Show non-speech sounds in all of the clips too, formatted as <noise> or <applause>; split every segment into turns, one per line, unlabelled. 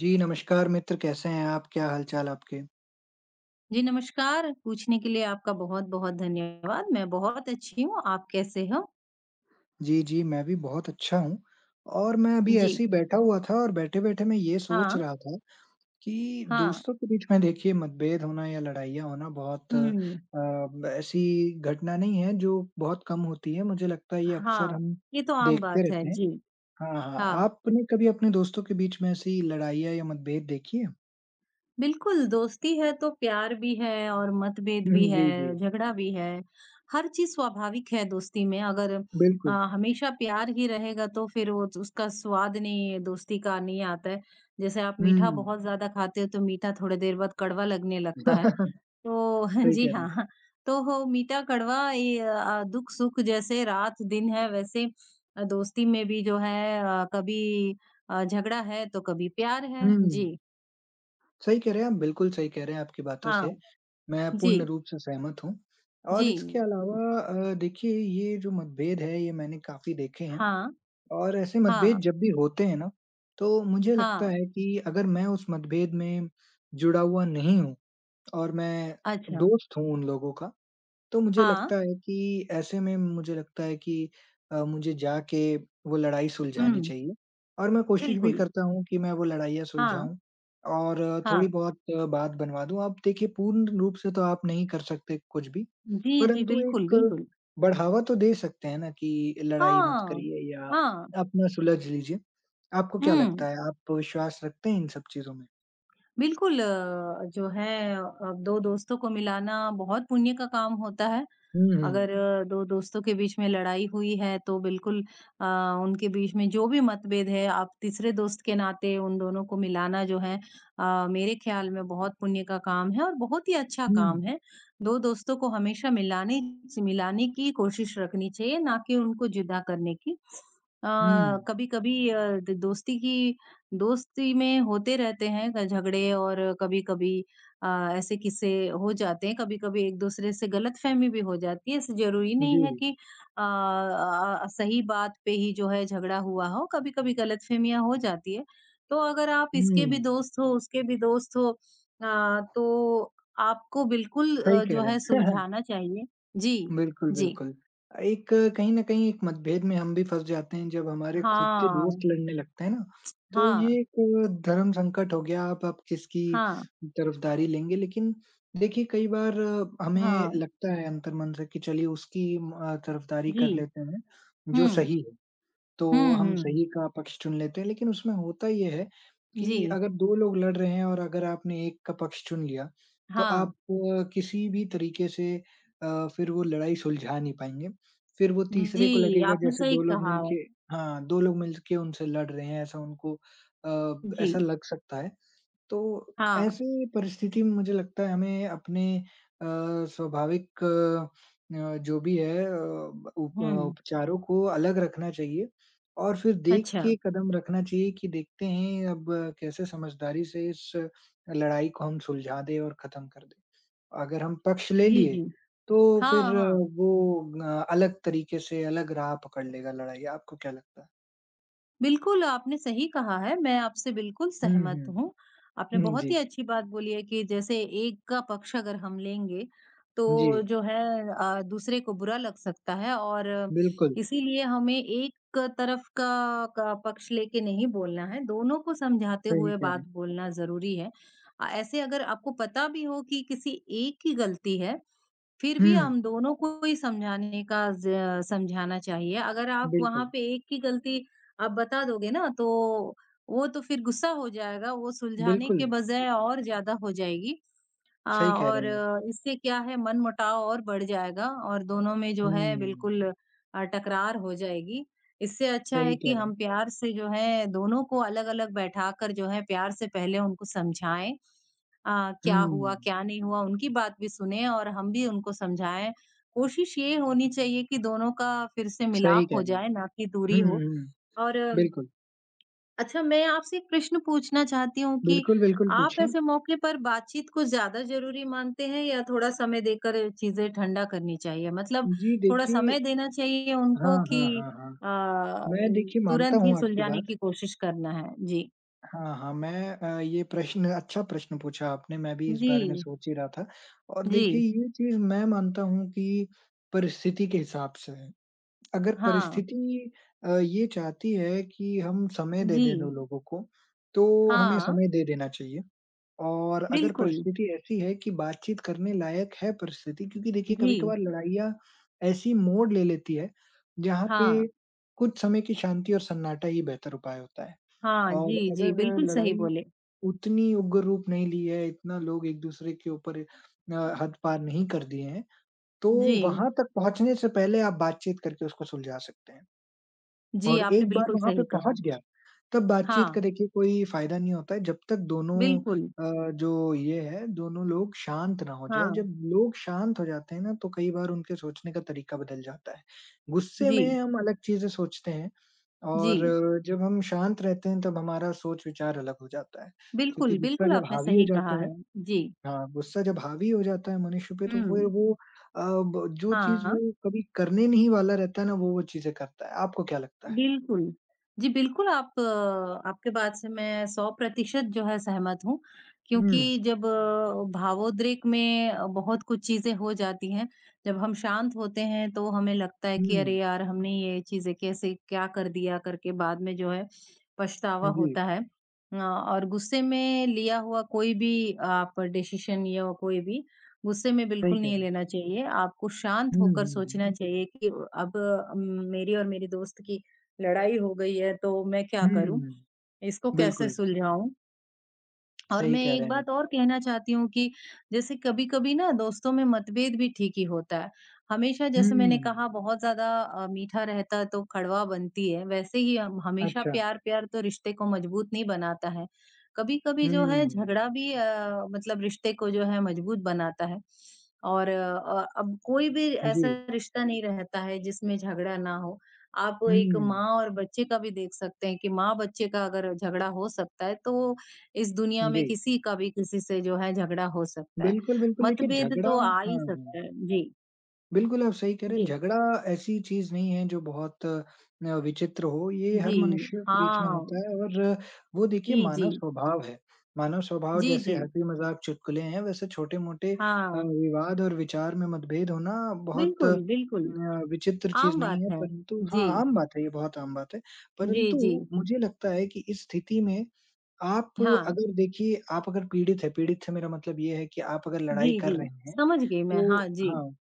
जी, नमस्कार मित्र, कैसे हैं आप? क्या हाल-चाल आपके?
जी, नमस्कार। पूछने के लिए आपका बहुत-बहुत धन्यवाद। मैं बहुत अच्छी हूँ, आप कैसे हो?
जी, जी, मैं भी बहुत अच्छा हूँ। और मैं अभी
जी,
ऐसे ही बैठा हुआ था और बैठे-बैठे मैं ये
हाँ,
सोच रहा था कि
हाँ,
दोस्तों के बीच में देखिए मतभेद होना या लड़ाइयाँ होना बहुत अ,
हुँ,
ब ऐसी घटना नहीं है जो बहुत कम होती है, मुझे लगता है ये अक्सर
हाँ,
हम
ये तो आम
देखते
बात है।
रहते हैं।
जी,
हाँ, हाँ,
हाँ,
आपने कभी अपने दोस्तों के बीच में ऐसी लड़ाइयाँ या मतभेद देखी है?
बिल्कुल, दोस्ती है तो प्यार भी है और मतभेद
हुँ,
भी
जी, जी,
है, झगड़ा भी है, हर चीज़ स्वाभाविक है दोस्ती में। अगर
बिल्कुल।
हमेशा प्यार ही रहेगा तो फिर वो तो उसका स्वाद नहीं दोस्ती का नहीं आता है। जैसे आप मीठा
हुँ।
बहुत ज़्यादा खाते हो तो मीठा थोड़ी देर बाद कड़वा लगने
<laughs>
लगता है।
सही
तो <laughs> जी
कह रहे हैं।
हाँ, तो हो मीठा कड़वा ये दुःख-सुख जैसे रात-दिन है वैसे दोस्ती में भी जो है कभी झगड़ा है तो कभी प्यार है।
हुँ।
जी,
सही कह रहे हैं आप, बिल्कुल सही कह रहे हैं आपकी बातों
हाँ,
से। मैं पूर्ण
जी,
रूप से सहमत हूँ।
जी,
और इसके अलावा देखिए ये जो मतभेद है ये मैंने काफ़ी देखे हैं
हाँ,
और ऐसे
हाँ,
मतभेद जब भी होते हैं ना, तो मुझे लगता
हाँ,
है कि अगर मैं उस मतभेद में जुड़ा हुआ नहीं हूँ और मैं
अच्छा,
दोस्त हूँ उन लोगों का, तो मुझे
हाँ,
लगता है कि ऐसे में मुझे लगता है कि मुझे जाके वो लड़ाई सुलझानी
हुँ,
चाहिए और मैं कोशिश भी
बिल्कुल,
करता हूँ कि मैं वो लड़ाइयाँ
हाँ,
सुलझाऊँ और
हाँ,
थोड़ी बहुत बात बनवा दूँ। आप देखिए पूर्ण रूप से तो आप नहीं कर सकते कुछ भी,
जी, जी,
परंतु
बिल्कुल,
एक
बिल्कुल,
बढ़ावा तो दे सकते हैं ना कि लड़ाई मत
हाँ,
करिए या
हाँ,
अपना सुलझ लीजिए। आपको क्या
हुँ।
लगता है, आप विश्वास रखते हैं इन सब चीज़ों में?
बिल्कुल जो है 2 दोस्तों को मिलाना बहुत पुण्य का काम होता है।
हुँ, हुँ।
अगर 2 दोस्तों के बीच में लड़ाई हुई है तो बिल्कुल अ, उनके बीच में जो भी मतभेद है आप तीसरे दोस्त के नाते उन दोनों को मिलाना जो है मेरे ख़्याल में बहुत पुण्य का काम है और बहुत ही अच्छा
हुँ,
काम है। 2 दोस्तों को हमेशा मिलाने मिलाने की कोशिश रखनी चाहिए ना कि उनको जुदा करने की। अ,
हुँ।
कभी-कभी द दोस्ती की दोस्ती में होते रहते हैं ग झगड़े और कभी-कभी अ, ऐसे किस्से हो जाते हैं, कभी-कभी एक-दूसरे से गलतफ़हमी भी हो जाती है। ऐसे ज़रूरी
जी।
नहीं है कि सही बात पे ही जो है झगड़ा हुआ हो, कभी-कभी गलतफ़हमियाँ हो जाती है। तो अगर आप इसके भी
हुँ,
दोस्त हो, उसके भी दोस्त हो तो आपको बिल्कुल
सही कह
जो है
रहे हैं। <laughs>
सुलझाना चाहिए। जी,
बिल्कुल,
जी।
बिल्कुल। एक कहीं न कहीं एक मतभेद में हम भी फँस जाते हैं जब हमारे खुद के दोस्त
हाँ,
लड़ने लगते हैं ना, तो ये
हाँ,
एक धर्म संकट हो गया आप किसकी
हाँ,
तरफदारी लेंगे। लेकिन देखिए कई बार हमें
हाँ।
लगता है अंतर्मन से कि चलिए उसकी म तरफदारी
जी।
कर लेते हैं, जो
हुँ।
सही है। तो
हुँ,
हम
हुँ।
सही का पक्ष चुन लेते हैं, लेकिन उसमें होता ये है कि
जी।
अगर 2 लोग लड़ रहे हैं और अगर आपने एक का पक्ष चुन लिया, तो
हाँ,
आप किसी भी तरीके से फिर वो लड़ाई सुलझा नहीं पाएँगे। फिर वो तीसरे को
जी,
लगेगा
आपने
जैसे
सही
2 लोग
कहा है।
मिलके हाँ, 2 लोग मिलके उनसे लड़ रहे हैं, ऐसा उनको
जी,
ऐसा लग सकता है। तो
हाँ,
ऐसी परिस्थिति में मुझे लगता है हमें अपने अ, स्वाभाविक जो भी है
हुँ,
उपचारों को अलग रखना चाहिए और फिर देख
अच्छा।
के कदम रखना चाहिए कि देखते हैं अब कैसे समझदारी से इस लड़ाई को हम सुलझा दें और खत्म कर दें। अगर हम पक्ष ले
जी,
लिए,
जी।
तो
हाँ,
फिर
हाँ।
वो अलग तरीके से अलग राह पकड़ लेगा लड़ाई। आपको क्या लगता है?
बिल्कुल, आपने सही कहा है, मैं आपसे बिल्कुल
हुँ,
सहमत
हुँ।
हूँ। आपने
हुँ,
बहुत ही
जी।
अच्छी बात बोली है कि जैसे एक का पक्ष अगर हम लेंगे,
जी,
तो जो है दूसरे को बुरा लग सकता है और
बिल्कुल,
इसीलिए हमें एक तरफ का पक्ष लेके नहीं बोलना है, दोनों को समझाते
सही
हुए
कह रहे
बात
हैं।
बोलना ज़रूरी है। ऐसे अगर आपको पता भी हो कि किसी एक की गलती है फिर
हुँ।
भी हम दोनों को ही समझाने का ज़ समझाना चाहिए। अगर आप वहाँ
बिल्कुल,
पे एक की गलती आप बता दोगे ना तो वो तो फिर गुस्सा हो जाएगा, वो सुलझाने
बिल्कुल,
के बजाय और ज़्यादा हो जाएगी।
सही कह रहे
और
हैं आप।
इससे क्या है मनमुटाव और बढ़ जाएगा और दोनों में जो है बिल्कुल
हुँ,
टकरार हो जाएगी। इससे अच्छा
सही
है कि
कह रहे
हम
हैं।
प्यार से जो है दोनों को अलग-अलग बैठाकर जो है प्यार से पहले उनको समझाएँ क्या हुआ,
हुँ,
क्या नहीं हुआ, उनकी बात भी सुने और हम भी उनको समझाएँ। कोशिश ये होनी चाहिए कि दोनों का फिर से
सही
मिलाप
कह
हो
रहे हैं।
जाए, ना कि दूरी
हुँ,
हो
हुँ, हुँ,
और
बिल्कुल,
अच्छा, मैं आपसे एक प्रश्न पूछना चाहती हूँ कि
बिल्कुल, बिल्कुल
आप
पूछिए।
ऐसे मौके पर बातचीत को ज़्यादा ज़रूरी मानते हैं या थोड़ा समय देकर चीज़ें ठंडा करनी चाहिए? मतलब
जी,
थोड़ा समय
देखिए
देना चाहिए उनको
हाँ,
कि
हाँ, हाँ, हाँ।
अ,
मैं देखिए मानता
तुरंत ही
हूँ आपकी
सुलझाने
बात।
की कोशिश करना है? जी।
हाँ, हाँ, मैं ये प्रश्न अच्छा प्रश्न पूछा आपने, मैं भी इस
जी,
बारे में सोच ही रहा था और
जी।
देखिए ये चीज़ मैं मानता हूँ कि परिस्थिति के हिसाब से है। अगर
हाँ,
परिस्थिति ये चाहती है कि हम समय दे
जी।
दें 2 लोगों को, तो हमें
हाँ,
समय दे देना चाहिए और अगर
बिल्कुल।
परिस्थिति ऐसी है कि बातचीत करने लायक है परिस्थिति क्योंकि देखिए
जी।
कभी-कभार लड़ाइयाँ ऐसी मोड़ ले लेती है, जहाँ पे
हाँ,
कुछ समय की शांति और सन्नाटा ही बेहतर उपाय होता है।
हाँ।
और
जी, जी,
अगर
बिल्कुल सही
लड़ाई
बोले।
उतनी उग्र रूप नहीं ली है, इतना लोग एक-दूसरे के ऊपर हद पार नहीं कर दिए हैं। तो
जी,
वहाँ तक पहुँचने से पहले आप बातचीत करके उसको सुलझा सकते हैं
जी,
और
आपने
एक बार
बिल्कुल
वहाँ पे
सही कहा।
पहुँच गया, तब बातचीत
हाँ,
करे के कोई फ़ायदा नहीं होता है जब तक दोनों
बिल्कुल।
जो ये है, दोनों लोग शांत ना हो जाएँ।
हाँ,
जब लोग शांत हो जाते हैं ना, तो कई बार उनके सोचने का तरीका बदल जाता है। गुस्से
जी।
में हम अलग चीज़ें सोचते हैं और
जी,
जब हम शांत रहते हैं, तब हमारा सोच-विचार अलग हो जाता है, क्योंकि
बिल्कुल,
गुस्सा
बिल्कुल
जब
आपने
हावी हो
सही कहा
जाता है
है। जी।
हाँ, गुस्सा जब हावी हो जाता है मनुष्य पे तो फिर
हुँ,
वो अ, ब जो चीज़
हाँ।
वो कभी करने नहीं वाला रहता है ना, वो चीज़ें करता है। आपको क्या लगता है?
बिल्कुल। जी, बिल्कुल आप आपके बात से मैं 100% जो है सहमत हूँ, क्योंकि
हुँ,
जब भावोद्रेक में बहुत कुछ चीज़ें हो जाती हैं, जब हम शांत होते हैं तो हमें लगता है कि अरे
हुँ,
यार! हमने ये चीज़ें कैसे क्या कर दिया करके बाद में जो है पछतावा
जी,
होता है। और गुस्से में लिया हुआ कोई भी आप डिसीज़न या कोई भी गुस्से में
सही
बिल्कुल
कह
नहीं
रहे हैं।
लेना चाहिए। आपको शांत
हुँ,
होकर
हुँ,
सोचना चाहिए कि अब अम, मेरी और मेरे दोस्त की लड़ाई हो गई है तो मैं क्या
हुँ,
करूँ?
हुँ,
इसको कैसे
बिल्कुल,
सुलझाऊँ? और
सही
मैं
कह
एक
रहे हैं आप।
बात और कहना चाहती हूँ कि जैसे कभी-कभी ना दोस्तों में मतभेद भी ठीक ही होता है। हमेशा जैसे मैंने
हुँ,
कहा बहुत ज़्यादा मीठा रहता है तो कड़वा बनती है, वैसे ही हम हमेशा
अच्छा,
प्यार-प्यार तो रिश्ते को मजबूत नहीं बनाता है। कभी-कभी जो है
हुँ,
झगड़ा भी मतलब रिश्ते को जो है मजबूत बनाता है। और अब कोई भी
जी,
ऐसा रिश्ता नहीं रहता है जिसमें झगड़ा ना हो। आप
हुँ,
एक माँ और बच्चे का भी देख सकते हैं कि माँ-बच्चे का अगर झगड़ा हो सकता है तो इस दुनिया में
जी,
किसी का भी किसी से जो है झगड़ा हो सकता है।
बिल्कुल, बिल्कुल, देखिए
मतभेद
झगड़ा
तो
हाँ,
आ ही
हाँ।
सकता है। जी,
बिल्कुल, आप सही कह रहे हैं।
जी,
झगड़ा ऐसी चीज़ नहीं है जो बहुत विचित्र हो, ये हर
जी।
मनुष्यों के बीच में
हाँ।
होता है और वो
जी,
देखिए
जी।
मानव स्वभाव है। मानव स्वभाव
जी,
जैसे
जी।
हँसी-मज़ाक, चुटकुले हैं, वैसे छोटे-मोटे
हाँ।
विवाद और विचार में मतभेद होना बहुत अ,
बिल्कुल, बिल्कुल।
न, विचित्र चीज़
आम
नहीं
बात
है,
है।
परंतु
जी,
हाँ, आम बात है, ये बहुत आम बात है।
जी, जी।
परंतु मुझे लगता है कि इस स्थिति में आप
हाँ।
अगर देखिए, आप अगर पीड़ित हैं, पीड़ित से मेरा मतलब ये है कि आप अगर लड़ाई
जी,
कर
जी।
रहे हैं,
समझ गई मैं।
तो
हाँ जी।
हाँ।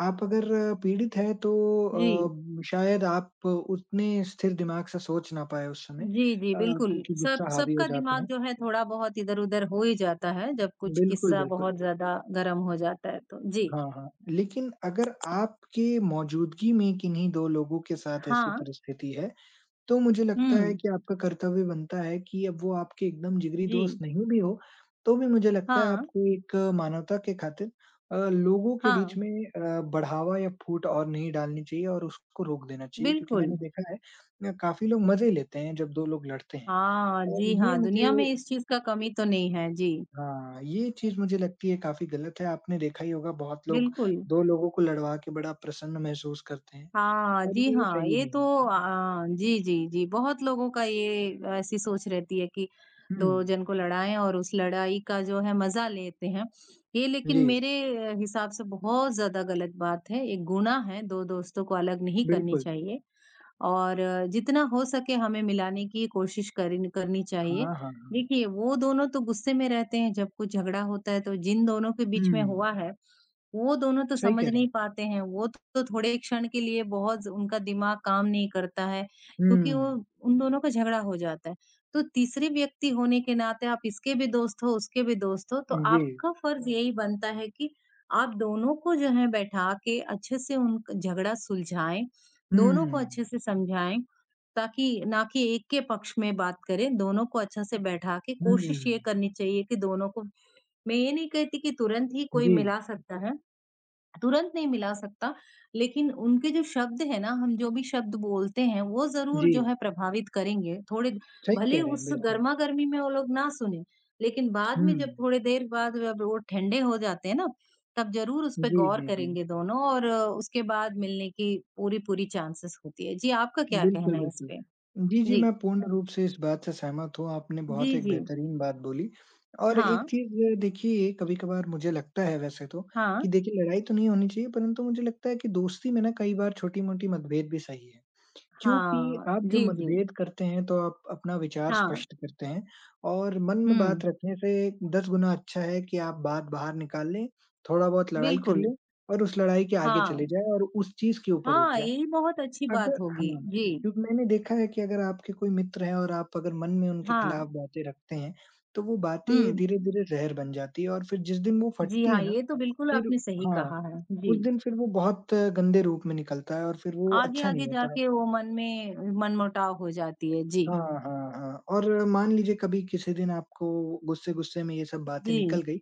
आप अगर पीड़ित हैं तो
जी।
शायद आप उतने स्थिर दिमाग से सोच ना पाएँ उस समय
जी, जी, बिल्कुल।
क्योंकि
सब
गुस्सा हावी हो
सबका
जाता
दिमाग
है।
जो है थोड़ा बहुत इधर-उधर हो ही जाता है, जब कुछ
बिल्कुल,
किस्सा बहुत
बिल्कुल।
ज़्यादा गरम हो जाता है तो। जी।
हाँ, हाँ। लेकिन अगर आपके मौजूदगी में किन्हीं 2 लोगों के साथ ऐसी
हाँ।
परिस्थिति है, तो मुझे लगता है
हुँ।
कि आपका कर्तव्य बनता है कि अब वो आपके एकदम जिगरी
जी।
दोस्त नहीं भी हो, तो भी मुझे लगता है
हाँ,
आपको एक मानवता के खातिर लोगों के बीच
हाँ।
में बढ़ावा या फूट और नहीं डालनी चाहिए और उसको रोक देना चाहिए क्योंकि
बिल्कुल।
मैंने देखा है काफ़ी लोग मज़े लेते हैं जब 2 लोग लड़ते हैं।
हाँ,
और
जी
ये
हाँ, दुनिया
मुझे
में इस चीज़ का कमी तो नहीं है। जी,
हाँ, ये चीज़ मुझे लगती है काफ़ी गलत है, आपने देखा ही होगा बहुत लोग
बिल्कुल।
2 लोगों को लड़वा के बड़ा प्रसन्न महसूस करते हैं
हाँ,
और
जी
ये
हाँ,
सही
ये तो
नहीं है।
जी, जी, जी, बहुत लोगों का ये ऐसी सोच रहती है कि
हुँ,
2 जन को लड़ाएँ और उस लड़ाई का जो है मज़ा लेते हैं। ये लेकिन
जी,
मेरे हिसाब से बहुत ज़्यादा गलत बात है, एक गुनाह है, 2 दोस्तों को अलग नहीं करनी
बिल्कुल।
चाहिए। और जितना हो सके हमें मिलाने की कोशिश करिन करनी
हाँ,
चाहिए।
हाँ, हाँ।
देखिए, वो दोनों तो गुस्से में रहते हैं, जब कुछ झगड़ा होता है तो जिन दोनों के बीच में
हुँ,
हुआ है वो दोनों तो
सही
समझ
कह रहे
नहीं
हैं।
पाते हैं, वो तो थोड़े क्षण के लिए बहुत उनका दिमाग काम नहीं करता है, क्योंकि वो
हुँ,
उन दोनों का झगड़ा हो जाता है। तो तीसरे व्यक्ति होने के नाते आप इसके भी दोस्त हो, उसके भी दोस्त हो, तो
जी।
आपका फर्ज़ यही बनता है कि आप दोनों को जो है बैठा के अच्छे से उन झगड़ा सुलझाएँ,
हुँ,
दोनों को अच्छे से समझाएँ, ताकि ना कि एक के पक्ष में बात करें, दोनों को अच्छा से बैठा के
हुँ,
कोशिश ये करनी चाहिए कि दोनों को मैं ये नहीं कहती कि तुरंत ही कोई
जी,
मिला सकता है। तुरंत नहीं मिला सकता, लेकिन उनके जो शब्द हैं ना, हम जो भी शब्द बोलते हैं, वो ज़रूर
जी।
जो है प्रभावित करेंगे। थोड़े
सही
भले
कह रहे हैं,
उस
बिल्कुल।
गरमा-गर्मी में वो लोग ना सुनें, लेकिन बाद
हुँ,
में जब थोड़ी देर बाद जब वो ठंडे हो जाते हैं ना, तब ज़रूर उस पे
जी,
गौर
जी, जी।
करेंगे दोनों और उसके बाद मिलने की पूरी-पूरी चांसेस होती है। जी, आपका क्या
बिल्कुल,
कहना है इस
बिल्कुल।
पे?
जी, जी,
जी।
मैं पूर्ण रूप से इस बात से सहमत हूँ, आपने बहुत
जी,
एक
जी।
बेहतरीन बात बोली। और
हाँ,
एक चीज़ देखिए कभी-कभार मुझे लगता है वैसे तो
हाँ,
कि देखिए लड़ाई तो नहीं होनी चाहिए परंतु मुझे लगता है कि दोस्ती में ना कई बार छोटी-मोटी मतभेद भी सही है। क्योंकि
हाँ।
आप जब
जी, जी।
मतभेद करते हैं तो आप अपना विचार
हाँ।
स्पष्ट करते हैं और मन में
हुँ,
बात रखने से 10 गुना अच्छा है कि आप बात बाहर निकाल लें, थोड़ा बहुत लड़ाई कर
बिल्कुल।
लें और उस लड़ाई के आगे चले
हाँ।
जाएँ और उस चीज़ के ऊपर उठ
हाँ,
जाएँ।
ये बहुत अच्छी
अगर
बात होगी।
हाँ,
जी,
क्योंकि मैंने देखा है कि अगर आपके कोई मित्र हैं और आप अगर मन में उनके
हाँ।
खिलाफ बातें रखते हैं, तो वो बातें
हुँ।
धीरे-धीरे ज़हर बन जाती है और फिर जिस दिन वो
जी
फटती
हाँ,
है ना,
ये तो बिल्कुल
फिर
आपने सही
हाँ,
कहा है।
उस
जी,
दिन फिर वो बहुत गंदे रूप में निकलता है और फिर वो अच्छा नहीं
आगे-आगे
होता।
जाके वो मन में मनमुटाव हो जाती है। जी,
हाँ, हाँ, हाँ। और मान लीजिए कभी किसी दिन आपको गुस्से-गुस्से में ये सब बातें
जी।
निकल गई,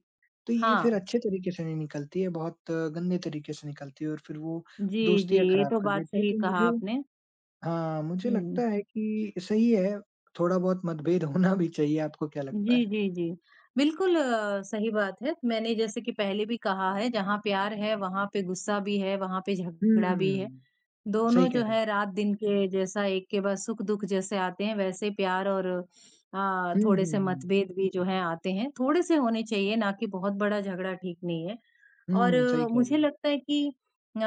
तो ये फिर
हाँ।
अच्छे तरीके से नहीं निकलती है, बहुत गंदे तरीके से निकलती है और फिर वो
जी, जी,
दोस्तियाँ
ये
खराब
तो
कर
बात
देती है।
सही
तो
कहा
मुझे
आपने।
हाँ, मुझे
हुँ।
लगता है कि सही है, थोड़ा-बहुत मतभेद होना भी चाहिए, आपको क्या लगता
जी,
है?
जी, जी। बिल्कुल सही बात है। मैंने जैसे कि पहले भी कहा है, जहाँ प्यार है, वहाँ पे गुस्सा भी है, वहाँ पे झगड़ा भी है।
हुँ, सही
दोनों
कह
जो
रहे हैं।
है रात-दिन के जैसा एक के बाद सुख-दुःख जैसे आते हैं, वैसे प्यार और
हुँ, हुँ,
थोड़े-से
हुँ।
मतभेद भी जो हैं आते हैं। थोड़े-से होने चाहिए, ना कि बहुत बड़ा झगड़ा ठीक नहीं है। और
हुँ, सही कह रही
मुझे
हैं।
लगता है कि अ,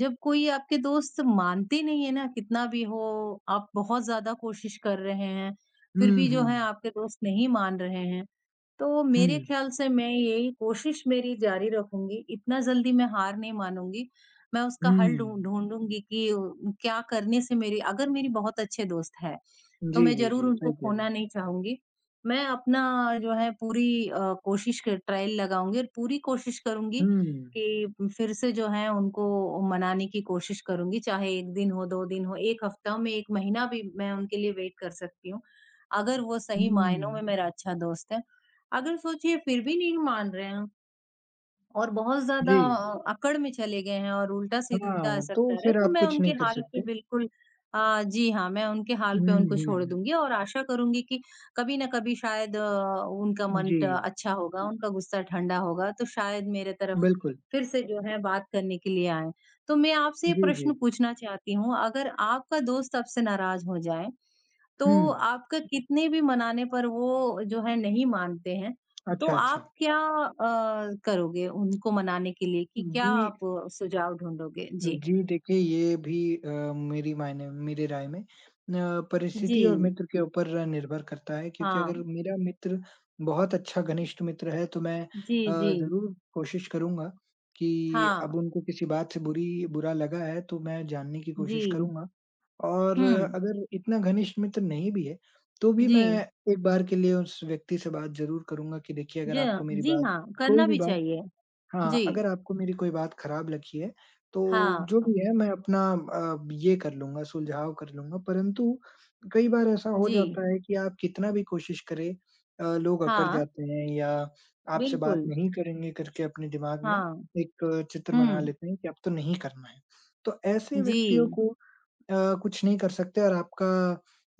जब कोई आपके दोस्त मानते नहीं है ना, कितना भी हो, आप बहुत ज़्यादा कोशिश कर रहे हैं, फिर
हुँ,
भी जो है
हुँ,
आपके दोस्त नहीं मान रहे हैं, तो
हुँ,
मेरे ख्याल से मैं यही कोशिश मेरी जारी रखूंगी, इतना जल्दी मैं हार नहीं मानूँगी। मैं उसका हल
हुँ।
ढूँढूँगी कि क्या करने से मेरी अगर मेरी बहुत अच्छे दोस्त हैं, तो
जी,
मैं
जी,
ज़रूर
जी,
उनको
सही कह रहे
खोना
हैं।
नहीं चाहूँगी। मैं अपना जो है पूरी कोशिश क ट्रायल लगाऊँगी और पूरी कोशिश करूँगी
हुँ,
कि फिर से जो है उनको मनाने की कोशिश करूँगी, चाहे 1 दिन हो, 2 दिन हो, 1 हफ्ता हो, मैं 1 महीना भी मैं उनके लिए वेट कर सकती हूँ। अगर वो सही मायनों
हुँ,
में मेरा अच्छा दोस्त है। अगर सोचिए फिर भी नहीं मान रहे हैं और बहुत
जी।
ज़्यादा अकड़ में चले गए हैं और उल्टा-सीधा
हाँ,
असर कर
तो
रहा है,
फिर
तो
आप
मैं
कुछ
उनके
नहीं कर
हाल पे
सकते।
बिल्कुल जी हाँ, मैं उनके हाल पे
हुँ,
उनको
हुँ,
छोड़
हुँ।
दूँगी और आशा करूँगी कि कभी न कभी शायद उनका मन
जी,
ट अच्छा होगा, उनका गुस्सा ठंडा होगा, तो शायद मेरे तरफ
बिल्कुल।
फिर से जो है बात करने के लिए आएँ। तो मैं आपसे ये
जी, जी।
प्रश्न पूछना चाहती हूँ, अगर आपका दोस्त आपसे नाराज़ हो जाए, तो
हुँ,
आपका कितने भी मनाने पर वो जो है नहीं मानते हैं, तो
अच्छा, अच्छा।
आप क्या करोगे उनको मनाने के लिए कि क्या
जी,
आप सुझाव ढूँढोगे? जी।
जी देखिए ये भी मेरी मायने मेरी राय में
जी।
परिस्थिति और मित्र के ऊपर निर्भर करता है क्योंकि अगर
हाँ।
मेरा मित्र बहुत अच्छा घनिष्ठ मित्र है तो मैं
जी, जी।
ज़रूर कोशिश करूँगा कि
हाँ।
अब उनको किसी बात से बुरी बुरा लगा है तो मैं जानने की
जी।
कोशिश करूँगा और
हुँ।
अगर इतना घनिष्ठ मित्र नहीं भी है, तो भी
जी।
मैं एक बार के लिए उस व्यक्ति से बात ज़रूर करूँगा कि देखिए
जी
अगर
हाँ,
आपको मेरी
जी
बात
हाँ,
कोई
करना
भी
भी
बात
चाहिए।
हाँ,
जी।
अगर आपको मेरी कोई बात खराब लगी है, तो
हाँ।
जो भी है मैं अपना ये कर लूँगा, सुलझाव कर लूँगा। परंतु कई बार ऐसा हो
जी।
जाता है कि आप कितना भी कोशिश करें लोग अकड़
हाँ,
जाते हैं या आपसे बात
बिल्कुल।
नहीं करेंगे करके अपने दिमाग में
हाँ।
एक चित्र बना
हुँ।
लेते हैं कि अब तो नहीं करना है। तो ऐसे
जी।
व्यक्तियों को कुछ नहीं कर सकते और आपका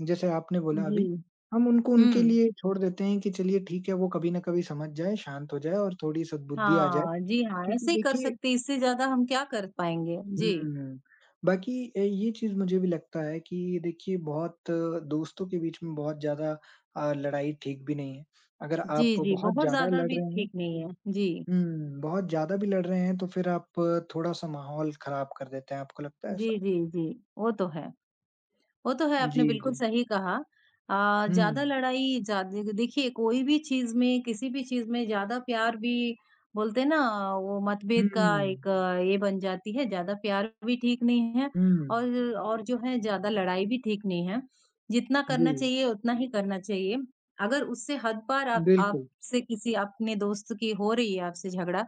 जैसे आपने बोला
जी।
अभी, हम उनको उनके
हुँ।
लिए छोड़ देते हैं कि चलिए ठीक है, वो कभी न कभी समझ जाए, शांत हो जाए और थोड़ी सद्बुद्धि आ जाए।
हाँ, जी हाँ,
क्योंकि
ऐसे ही कर
देखिए
सकते हैं, इससे ज़्यादा हम क्या कर पाएँगे? जी।
हुँ, बाकी ये चीज़ मुझे भी लगता है कि देखिए बहुत दोस्तों के बीच में बहुत ज़्यादा लड़ाई ठीक भी नहीं है। अगर
जी,
आप
जी,
बहुत
बहुत
ज़्यादा
ज़्यादा
लड़
भी
रहे हैं
ठीक नहीं है। जी।
हुँ, बहुत ज़्यादा भी लड़ रहे हैं तो फिर आप थोड़ा-सा माहौल खराब कर देते हैं, आपको लगता है
जी,
ऐसा?
जी, जी। वो तो है। वो तो है, आपने
जी,
बिल्कुल
जी।
सही कहा।
हुँ।
ज़्यादा लड़ाई ज़्यादा देखिए कोई भी चीज़ में, किसी भी चीज़ में ज़्यादा प्यार भी बोलते हैं ना वो मतभेद का
हुँ,
एक ये बन जाती है, ज़्यादा प्यार भी ठीक नहीं है
हुँ।
और जो है ज़्यादा लड़ाई भी ठीक नहीं है। जितना करना
जी,
चाहिए उतना ही करना चाहिए। अगर उससे हद पार आप
बिल्कुल।
आपसे किसी अपने दोस्त की हो रही है आपसे झगड़ा,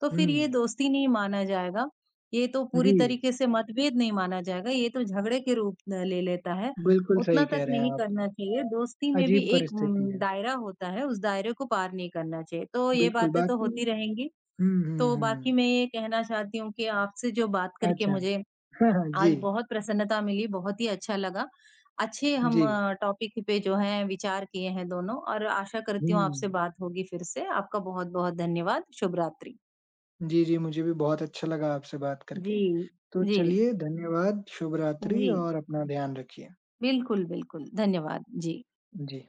तो फिर ये
हुँ।
दोस्ती नहीं माना जाएगा ये तो पूरी
जी,
तरीके से मतभेद नहीं माना जाएगा, ये तो झगड़े के रूप न ले लेता है,
बिल्कुल
उतना
सही
तक
कह रहे
नहीं
हैं आप।
करना चाहिए। दोस्ती में भी
अजीब
एक
परिस्थिति है।
दायरा होता है, उस दायरे को पार नहीं करना चाहिए। तो ये
बिल्कुल,
बातें तो
बाकी
होती रहेंगी।
हुँ, हुँ,
तो बाकी
हुँ।
मैं ये कहना चाहती हूँ कि आपसे जो बात करके
अच्छा। <laughs>
मुझे
हाँ, हाँ।
आज
जी,
बहुत प्रसन्नता मिली, बहुत ही अच्छा लगा। अच्छे हम
जी।
टॉपिक पे जो है विचार किए हैं दोनों और आशा करती हूँ
हुँ।
आपसे बात होगी फिर से। आपका बहुत-बहुत धन्यवाद। शुभ रात्रि।
जी, जी, मुझे भी बहुत अच्छा लगा आपसे बात करके।
जी,
तो
जी,
चलिए धन्यवाद, शुभ रात्रि
जी।
और अपना ध्यान रखिए।
बिल्कुल, बिल्कुल। धन्यवाद। जी।
जी।